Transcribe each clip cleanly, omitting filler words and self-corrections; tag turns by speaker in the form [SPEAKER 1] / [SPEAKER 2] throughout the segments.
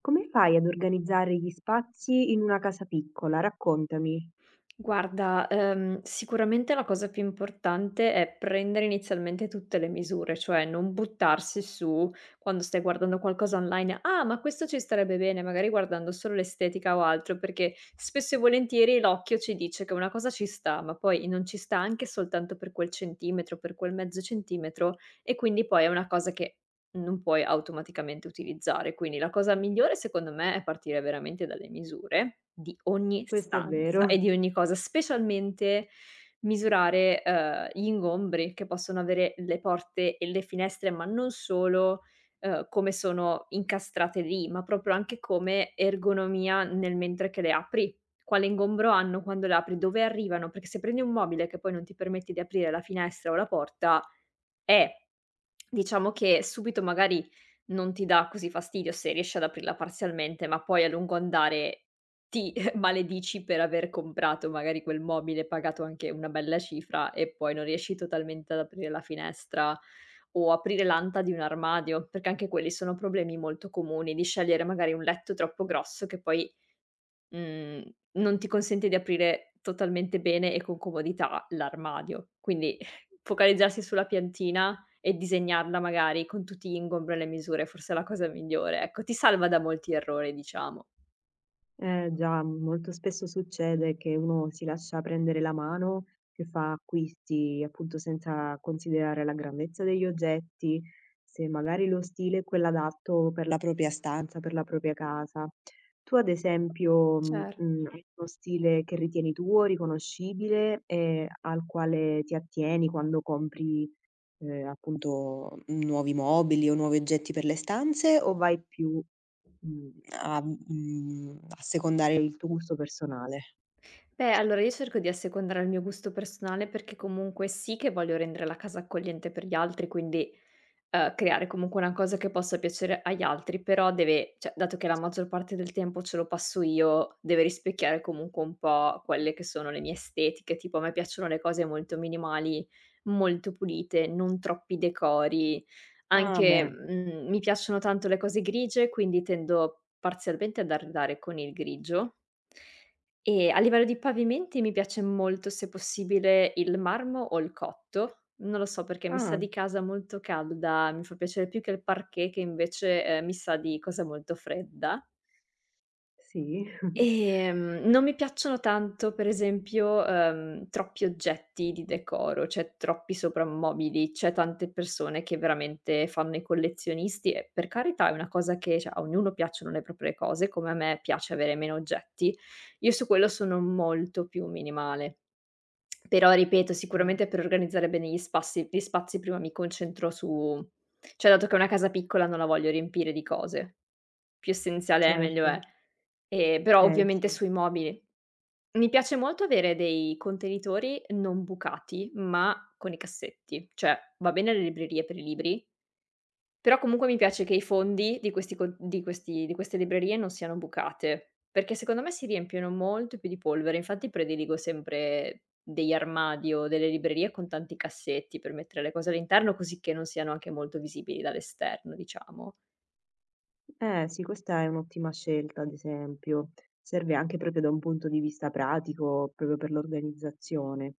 [SPEAKER 1] Come fai ad organizzare gli spazi in una casa piccola? Raccontami.
[SPEAKER 2] Guarda, sicuramente la cosa più importante è prendere inizialmente tutte le misure, cioè non buttarsi su quando stai guardando qualcosa online: "Ah, ma questo ci starebbe bene", magari guardando solo l'estetica o altro, perché spesso e volentieri l'occhio ci dice che una cosa ci sta, ma poi non ci sta anche soltanto per quel centimetro, per quel mezzo centimetro e quindi poi è una cosa che non puoi automaticamente utilizzare, quindi la cosa migliore secondo me è partire veramente dalle misure di ogni
[SPEAKER 1] Questo è
[SPEAKER 2] stanza e
[SPEAKER 1] vero.
[SPEAKER 2] di ogni cosa, specialmente misurare, gli ingombri che possono avere le porte e le finestre, ma non solo, come sono incastrate lì, ma proprio anche come ergonomia nel mentre che le apri. Quale ingombro hanno quando le apri, dove arrivano, perché se prendi un mobile che poi non ti permette di aprire la finestra o la porta eh, diciamo che subito magari non ti dà così fastidio se riesci ad aprirla parzialmente, ma poi a lungo andare ti maledici per aver comprato magari quel mobile, pagato anche una bella cifra e poi non riesci totalmente ad aprire la finestra o aprire l'anta di un armadio, perché anche quelli sono problemi molto comuni, di scegliere magari un letto troppo grosso che poi Mhmm, non ti consente di aprire totalmente bene e con comodità l'armadio. Quindi focalizzarsi sulla piantina e disegnarla magari con tutti gli ingombri e le misure, forse è la cosa migliore, ecco, ti salva da molti errori diciamo.
[SPEAKER 1] Eh già, molto spesso succede che uno si lascia prendere la mano, che fa acquisti appunto senza considerare la grandezza degli oggetti, se magari lo stile è quello adatto per la propria stanza, per la propria casa. Tu ad esempio,
[SPEAKER 2] Cer
[SPEAKER 1] hai uno stile che ritieni tuo, riconoscibile e al quale ti attieni quando compri, appunto nuovi mobili o nuovi oggetti per le stanze o vai più mhmm, assecondare il tuo gusto personale.
[SPEAKER 2] Beh, allora io cerco di assecondare il mio gusto personale perché comunque sì che voglio rendere la casa accogliente per gli altri, quindi, creare comunque una cosa che possa piacere agli altri, però deve, cioè dato che la maggior parte del tempo ce lo passo io, deve rispecchiare comunque un po' quelle che sono le mie estetiche, tipo a me piacciono le cose molto minimali, molto pulite, non troppi decori,
[SPEAKER 1] Ah
[SPEAKER 2] anche,
[SPEAKER 1] beh,
[SPEAKER 2] mi piacciono tanto le cose grigie, quindi tendo parzialmente ad arredare con il grigio. E a livello di pavimenti mi piace molto, se possibile, il marmo o il cotto. Non lo so perché mi sa
[SPEAKER 1] ah,
[SPEAKER 2] di casa molto calda, mi fa piacere più che il parquet che invece, mi sa di cosa molto fredda.
[SPEAKER 1] sì.
[SPEAKER 2] Non mi piacciono tanto, per esempio, troppi oggetti di decoro, cioè troppi soprammobili. C'è tante persone che veramente fanno i collezionisti e per carità è una cosa che, cioè, a ognuno piacciono le proprie cose, come a me piace avere meno oggetti. Io su quello sono molto più minimale. Però ripeto,
[SPEAKER 1] Mh,
[SPEAKER 2] sicuramente per organizzare bene gli spazi prima mi concentro su, cioè dato che è una casa piccola non la voglio riempire di cose. Più essenziale è meglio è.
[SPEAKER 1] certo,
[SPEAKER 2] Però
[SPEAKER 1] eh
[SPEAKER 2] ovviamente
[SPEAKER 1] sì.
[SPEAKER 2] sui mobili. Mi piace molto avere dei contenitori non bucati, ma con i cassetti. Cioè va bene le librerie per i libri, però comunque mi piace che i fondi di questi, di queste librerie non siano bucate, perché secondo me si riempiono molto più di polvere. Infatti prediligo sempre degli armadi o delle librerie con tanti cassetti per mettere le cose all'interno, così che non siano anche molto visibili dall'esterno, diciamo.
[SPEAKER 1] Eh sì, questa è un'ottima scelta ad esempio. Serve anche proprio da un punto di vista pratico, proprio per l'organizzazione.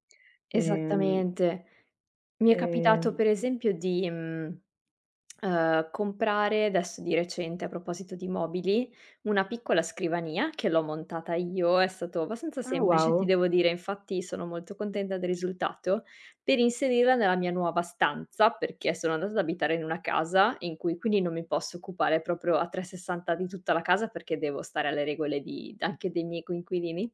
[SPEAKER 1] Ehm,
[SPEAKER 2] Esattamente. Mi è
[SPEAKER 1] ehm
[SPEAKER 2] capitato per esempio di, comprare adesso di recente, a proposito di mobili, una piccola scrivania che l'ho montata io, è stato abbastanza
[SPEAKER 1] ah
[SPEAKER 2] semplice, ti
[SPEAKER 1] wow,
[SPEAKER 2] devo dire, infatti sono molto contenta del risultato, per inserirla nella mia nuova stanza, perché sono andata ad abitare in una casa in cui quindi non mi posso occupare proprio a 360° di tutta la casa, perché devo stare alle regole di anche dei miei coinquilini.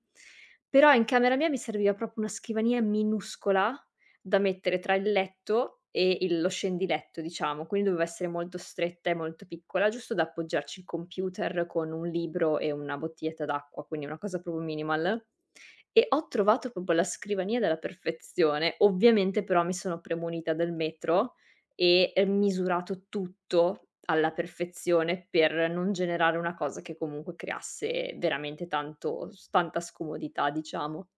[SPEAKER 2] Però in camera mia mi serviva proprio una scrivania minuscola da mettere tra il letto e il lo scendiletto diciamo, quindi doveva essere molto stretta e molto piccola, giusto da appoggiarci il computer con un libro e una bottiglietta d'acqua, quindi una cosa proprio minimal. E ho trovato proprio la scrivania della perfezione. Ovviamente però mi sono premunita del metro e, misurato tutto alla perfezione per non generare una cosa che comunque creasse veramente tanto s tanta scomodità, diciamo.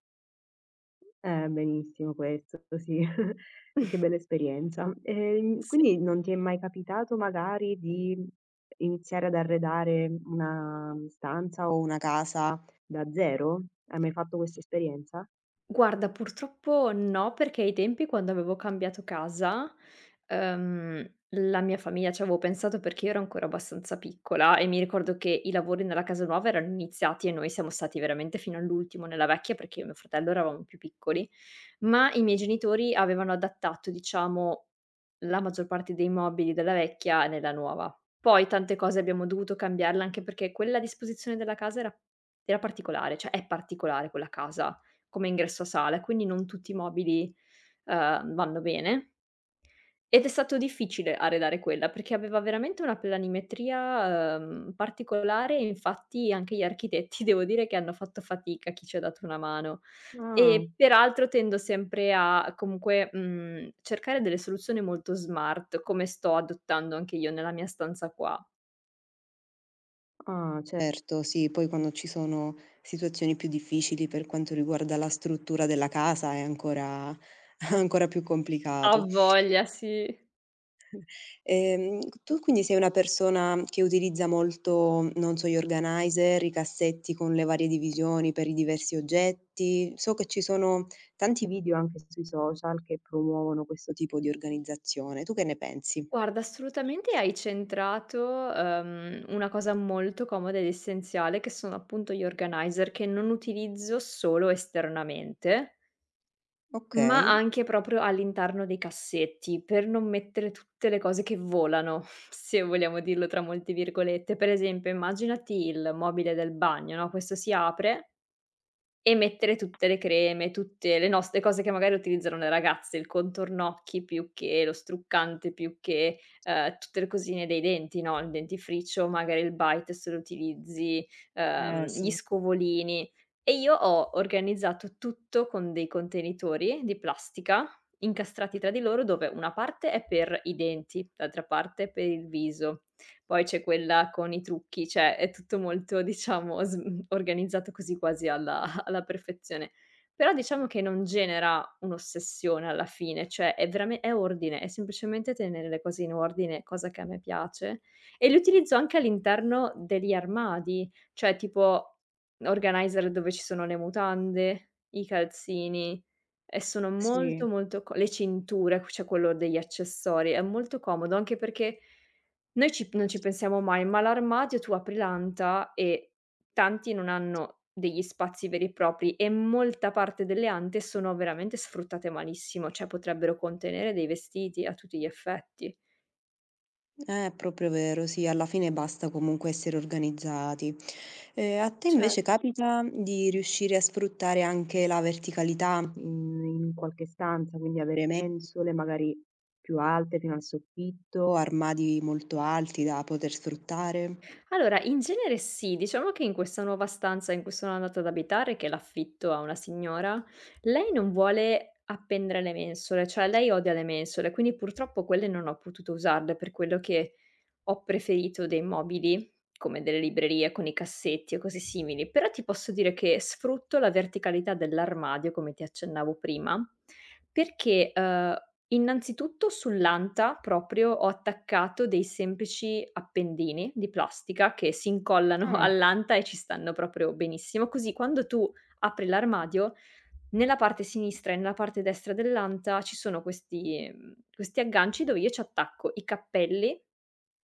[SPEAKER 1] benissimo questo, sì. E che bella esperienza.
[SPEAKER 2] Sì.
[SPEAKER 1] Quindi non ti è mai capitato magari di iniziare ad arredare una stanza o una casa da zero? Hai mai fatto questa esperienza?
[SPEAKER 2] Guarda, purtroppo no, perché ai tempi quando avevo cambiato casa, la mia famiglia ci avevo pensato perché io ero ancora abbastanza piccola e mi ricordo che i lavori nella casa nuova erano iniziati e noi siamo stati veramente fino all'ultimo nella vecchia perché io e mio fratello eravamo più piccoli, ma i miei genitori avevano adattato, diciamo, la maggior parte dei mobili della vecchia nella nuova. Poi tante cose abbiamo dovuto cambiarle anche perché quella disposizione della casa era particolare, cioè è particolare quella casa come ingresso a sala, quindi non tutti i mobili, vanno bene. Ed è stato difficile arredare quella, perché aveva veramente una planimetria, particolare e infatti anche gli architetti devo dire che hanno fatto fatica, chi ci ha dato una mano.
[SPEAKER 1] Ah,
[SPEAKER 2] E peraltro tendo sempre a comunque, cercare delle soluzioni molto smart, come sto adottando anche io nella mia stanza qua.
[SPEAKER 1] ah, certo. Certo, sì, poi quando ci sono situazioni più difficili per quanto riguarda la struttura della casa è ancora ancora più
[SPEAKER 2] Ha
[SPEAKER 1] complicato.
[SPEAKER 2] voglia, sì.
[SPEAKER 1] Tu quindi sei una persona che utilizza molto, non so, gli organizer, i cassetti con le varie divisioni per i diversi oggetti. So che ci sono tanti video anche sui social che promuovono questo tipo di organizzazione. Tu che ne pensi?
[SPEAKER 2] Guarda, assolutamente hai centrato, una cosa molto comoda ed essenziale che sono appunto gli organizer che non utilizzo solo esternamente, ma
[SPEAKER 1] Okay.
[SPEAKER 2] anche proprio all'interno dei cassetti, per non mettere tutte le cose che volano, se vogliamo dirlo tra molte virgolette. Per esempio immaginati il mobile del bagno, no, questo si apre e mettere tutte le creme, tutte le cose che magari utilizzano le ragazze, il contornocchi più che lo struccante, più che, tutte le cosine dei denti, no, il dentifricio, magari il bite se lo utilizzi,
[SPEAKER 1] Eh
[SPEAKER 2] gli
[SPEAKER 1] sì,
[SPEAKER 2] scovolini. E io ho organizzato tutto con dei contenitori di plastica incastrati tra di loro, dove una parte è per i denti, l'altra parte è per il viso, poi c'è quella con i trucchi, cioè è tutto molto diciamo sm organizzato così quasi alla perfezione. Però diciamo che non genera un'ossessione alla fine, cioè è ordine, è semplicemente tenere le cose in ordine, cosa che a me piace, e li utilizzo anche all'interno degli armadi, cioè tipo organizer dove ci sono le mutande, i calzini e sono molto,
[SPEAKER 1] sì.
[SPEAKER 2] molto co le cinture, cioè quello degli accessori, è molto comodo, anche perché noi ci non ci pensiamo mai, ma l'armadio tu apri l'anta e tanti non hanno degli spazi veri e propri e molta parte delle ante sono veramente sfruttate malissimo, cioè potrebbero contenere dei vestiti a tutti gli effetti.
[SPEAKER 1] È proprio vero, sì, alla fine basta comunque essere organizzati. A te
[SPEAKER 2] Cer
[SPEAKER 1] invece capita di riuscire a sfruttare anche la verticalità, mhmm, in qualche stanza, quindi avere mensole magari più alte fino al soffitto, armadi molto alti da poter sfruttare?
[SPEAKER 2] Allora in genere sì, diciamo che in questa nuova stanza in cui sono andata ad abitare, che l'affitto a una signora, lei non vuole appendere le mensole, cioè lei odia le mensole, quindi purtroppo quelle non ho potuto usarle per quello che, ho preferito dei mobili, come delle librerie con i cassetti o cose simili, però ti posso dire che sfrutto la verticalità dell'armadio, come ti accennavo prima, perché, innanzitutto sull'anta proprio ho attaccato dei semplici appendini di plastica che si incollano
[SPEAKER 1] Ah,
[SPEAKER 2] all'anta e ci stanno proprio benissimo, così quando tu apri l'armadio, nella parte sinistra e nella parte destra dell'anta ci sono questi questi agganci dove io ci attacco i cappelli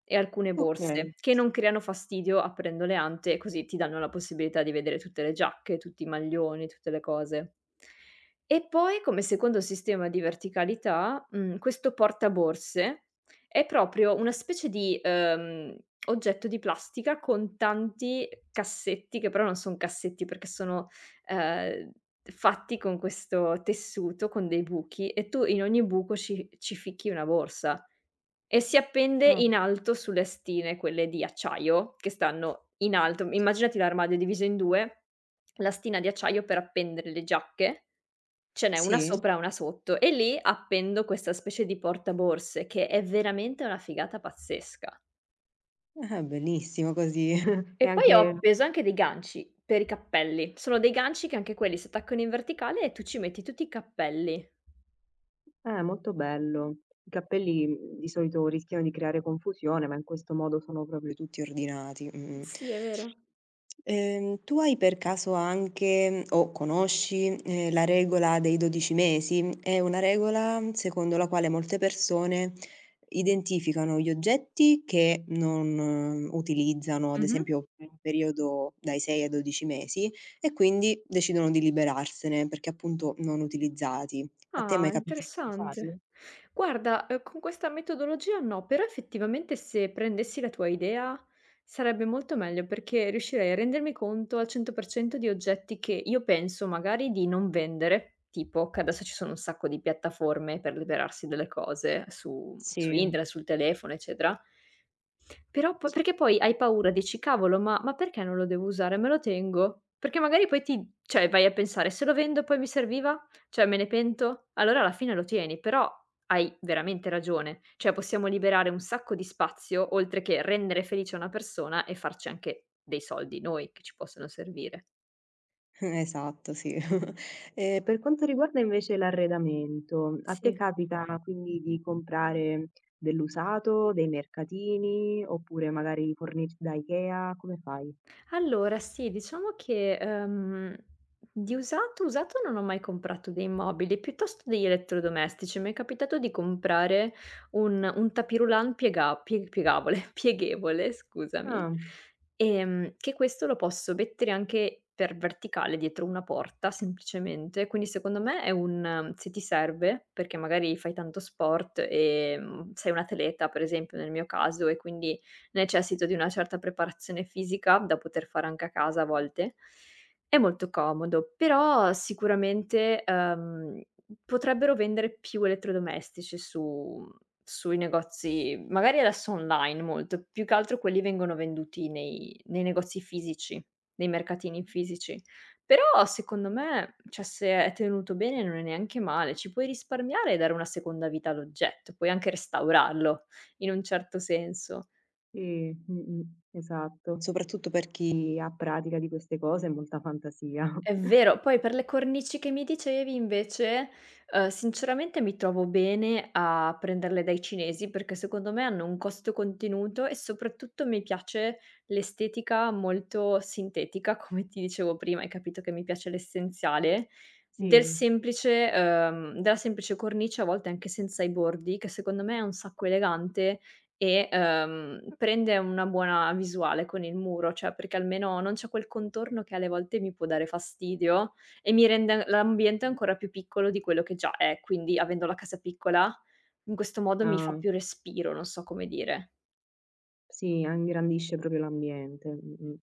[SPEAKER 2] e alcune borse,
[SPEAKER 1] okay.
[SPEAKER 2] che non creano fastidio aprendo le ante, e così ti danno la possibilità di vedere tutte le giacche, tutti i maglioni, tutte le cose. E poi come secondo sistema di verticalità, questo portaborse è proprio una specie di, oggetto di plastica con tanti cassetti, che però non son cassetti perché sono ehm, fatti con questo tessuto, con dei buchi e tu in ogni buco ci ficchi una borsa e si appende
[SPEAKER 1] Ah.
[SPEAKER 2] in alto sulle stine, quelle di acciaio, che stanno in alto. Immaginati l'armadio diviso in 2, la stina di acciaio per appendere le giacche, ce n'è una
[SPEAKER 1] Sì?
[SPEAKER 2] sopra e una sotto e lì appendo questa specie di portaborse che è veramente una figata pazzesca.
[SPEAKER 1] Ah, bellissimo così. È
[SPEAKER 2] E poi ho
[SPEAKER 1] anche
[SPEAKER 2] appeso anche dei ganci per i cappelli. Sono dei ganci che anche quelli si attaccano in verticale e tu ci metti tutti i cappelli.
[SPEAKER 1] eh, molto bello. I cappelli, mhmm, di solito rischiano di creare confusione, ma in questo modo sono proprio tutti ordinati. Mh-mh.
[SPEAKER 2] Sì, è vero.
[SPEAKER 1] Tu hai per caso anche o conosci, la regola dei 12 mesi? È una regola secondo la quale molte persone identificano gli oggetti che non utilizzano, ad
[SPEAKER 2] Mh-mh.
[SPEAKER 1] esempio per un periodo dai 6 ai 12 mesi, e quindi decidono di liberarsene perché appunto non utilizzati. A te è
[SPEAKER 2] Ah,
[SPEAKER 1] mai capitato di farlo?
[SPEAKER 2] interessante. Guarda, con questa metodologia no, però effettivamente se prendessi la tua idea sarebbe molto meglio, perché riuscirei a rendermi conto al 100% di oggetti che io penso magari di non vendere, tipo che adesso ci sono un sacco di piattaforme per liberarsi delle cose su
[SPEAKER 1] Sì,
[SPEAKER 2] internet, sul telefono, eccetera. Però po perché poi hai paura, dici: "Cavolo, ma perché non lo devo usare? Me lo tengo." Perché magari poi ti, cioè vai a pensare: "Se lo vendo poi mi serviva?" Cioè, me ne pento? Allora alla fine lo tieni, però hai veramente ragione. Cioè, possiamo liberare un sacco di spazio, oltre che rendere felice una persona e farci anche dei soldi noi, che ci possono servire.
[SPEAKER 1] esatto, sì. E per quanto riguarda invece l'arredamento, a te
[SPEAKER 2] Sì.
[SPEAKER 1] capita quindi di comprare dell'usato, dei mercatini, oppure magari fornirti da IKEA? Come fai?
[SPEAKER 2] Allora sì, diciamo che, di usato, usato non ho mai comprato dei mobili, piuttosto degli elettrodomestici. Mi è capitato di comprare un tapis-roulant piegabole pieghevole, scusami,
[SPEAKER 1] Ah,
[SPEAKER 2] che questo lo posso mettere anche per verticale dietro una porta semplicemente, quindi secondo me è un, se ti serve, perché magari fai tanto sport e, sei un atleta per esempio nel mio caso e quindi necessito di una certa preparazione fisica da poter fare anche a casa a volte. È molto comodo, però sicuramente, potrebbero vendere più elettrodomestici su sui negozi magari adesso online molto, più che altro quelli vengono venduti nei negozi fisici, nei mercatini fisici. Però secondo me, cioè se è tenuto bene non è neanche male, ci puoi risparmiare e dare una seconda vita all'oggetto, puoi anche restaurarlo in un certo senso.
[SPEAKER 1] sì, mh-mh, esatto. Soprattutto per chi ha pratica di queste cose, molta fantasia.
[SPEAKER 2] È vero, poi per le cornici che mi dicevi invece, sinceramente mi trovo bene a prenderle dai cinesi, perché secondo me hanno un costo-contenuto e soprattutto mi piace l'estetica molto sintetica, come ti dicevo prima, hai capito che mi piace l'essenziale, del
[SPEAKER 1] Sì,
[SPEAKER 2] semplice della semplice cornice, a volte anche senza i bordi, che secondo me è un sacco elegante e, prende una buona visuale con il muro, cioè perché almeno non c'è quel contorno che alle volte mi può dare fastidio e mi rende l'ambiente ancora più piccolo di quello che già è, quindi avendo la casa piccola, in questo modo mi fa
[SPEAKER 1] ah.
[SPEAKER 2] più respiro, non so come dire.
[SPEAKER 1] Sì, a ingrandisce proprio l'ambiente. Mh-mh.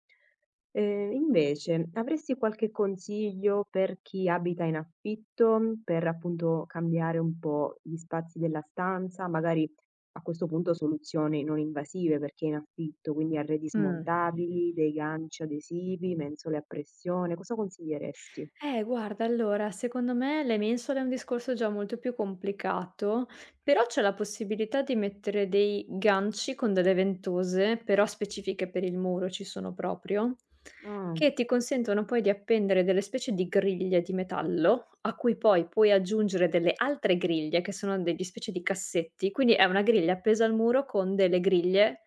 [SPEAKER 1] Invece avresti qualche consiglio per chi abita in affitto, mm, per appunto cambiare un po' gli spazi della stanza? Magari a questo punto soluzioni non invasive perché è in affitto, quindi arredi
[SPEAKER 2] Mh.
[SPEAKER 1] smontabili, dei ganci adesivi, mensole a pressione, cosa consiglieresti?
[SPEAKER 2] Guarda, allora, secondo me le mensole è un discorso già molto più complicato, però c'è la possibilità di mettere dei ganci con delle ventose, però specifiche per il muro ci sono proprio,
[SPEAKER 1] Ah,
[SPEAKER 2] che ti consentono poi di appendere delle specie di griglie di metallo, a cui poi puoi aggiungere delle altre griglie, che sono degli specie di cassetti, quindi è una griglia appesa al muro con delle griglie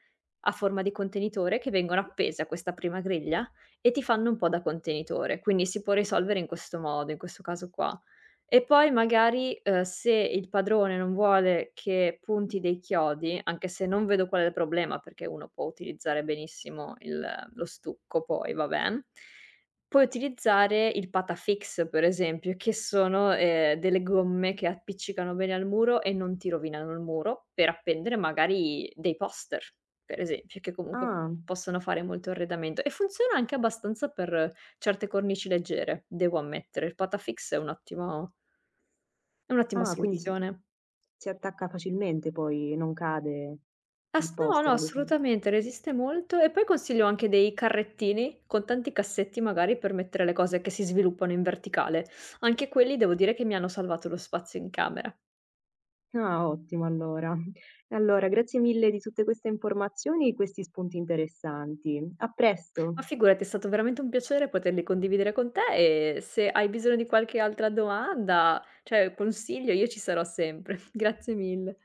[SPEAKER 2] a forma di contenitore che vengono appese a questa prima griglia e ti fanno un po' da contenitore, quindi si può risolvere in questo modo, in questo caso qua. E poi magari, se il padrone non vuole che punti dei chiodi, anche se non vedo qual è il problema, perché uno può utilizzare benissimo il lo stucco poi, vabbè, puoi utilizzare il Patafix, per esempio, che sono, delle gomme che appiccicano bene al muro e non ti rovinano il muro, per appendere magari dei poster, per esempio, che comunque
[SPEAKER 1] ah,
[SPEAKER 2] possono fare molto arredamento. E funziona anche abbastanza per certe cornici leggere, devo ammettere. Il Patafix è un ottimo È un'ottima
[SPEAKER 1] ah, quindi si
[SPEAKER 2] soluzione.
[SPEAKER 1] si attacca facilmente poi, non cade il
[SPEAKER 2] Ass No, no,
[SPEAKER 1] poster ad esem.
[SPEAKER 2] assolutamente, resiste molto e poi consiglio anche dei carrettini con tanti cassetti magari per mettere le cose che si sviluppano in verticale. Anche quelli devo dire che mi hanno salvato lo spazio in camera.
[SPEAKER 1] Ah, ottimo allora. E allora grazie mille di tutte queste informazioni e questi spunti interessanti. A
[SPEAKER 2] Ma
[SPEAKER 1] presto.
[SPEAKER 2] figurati, è stato veramente un piacere poterli condividere con te e se hai bisogno di qualche altra domanda, cioè consiglio, io ci sarò sempre. Grazie mille.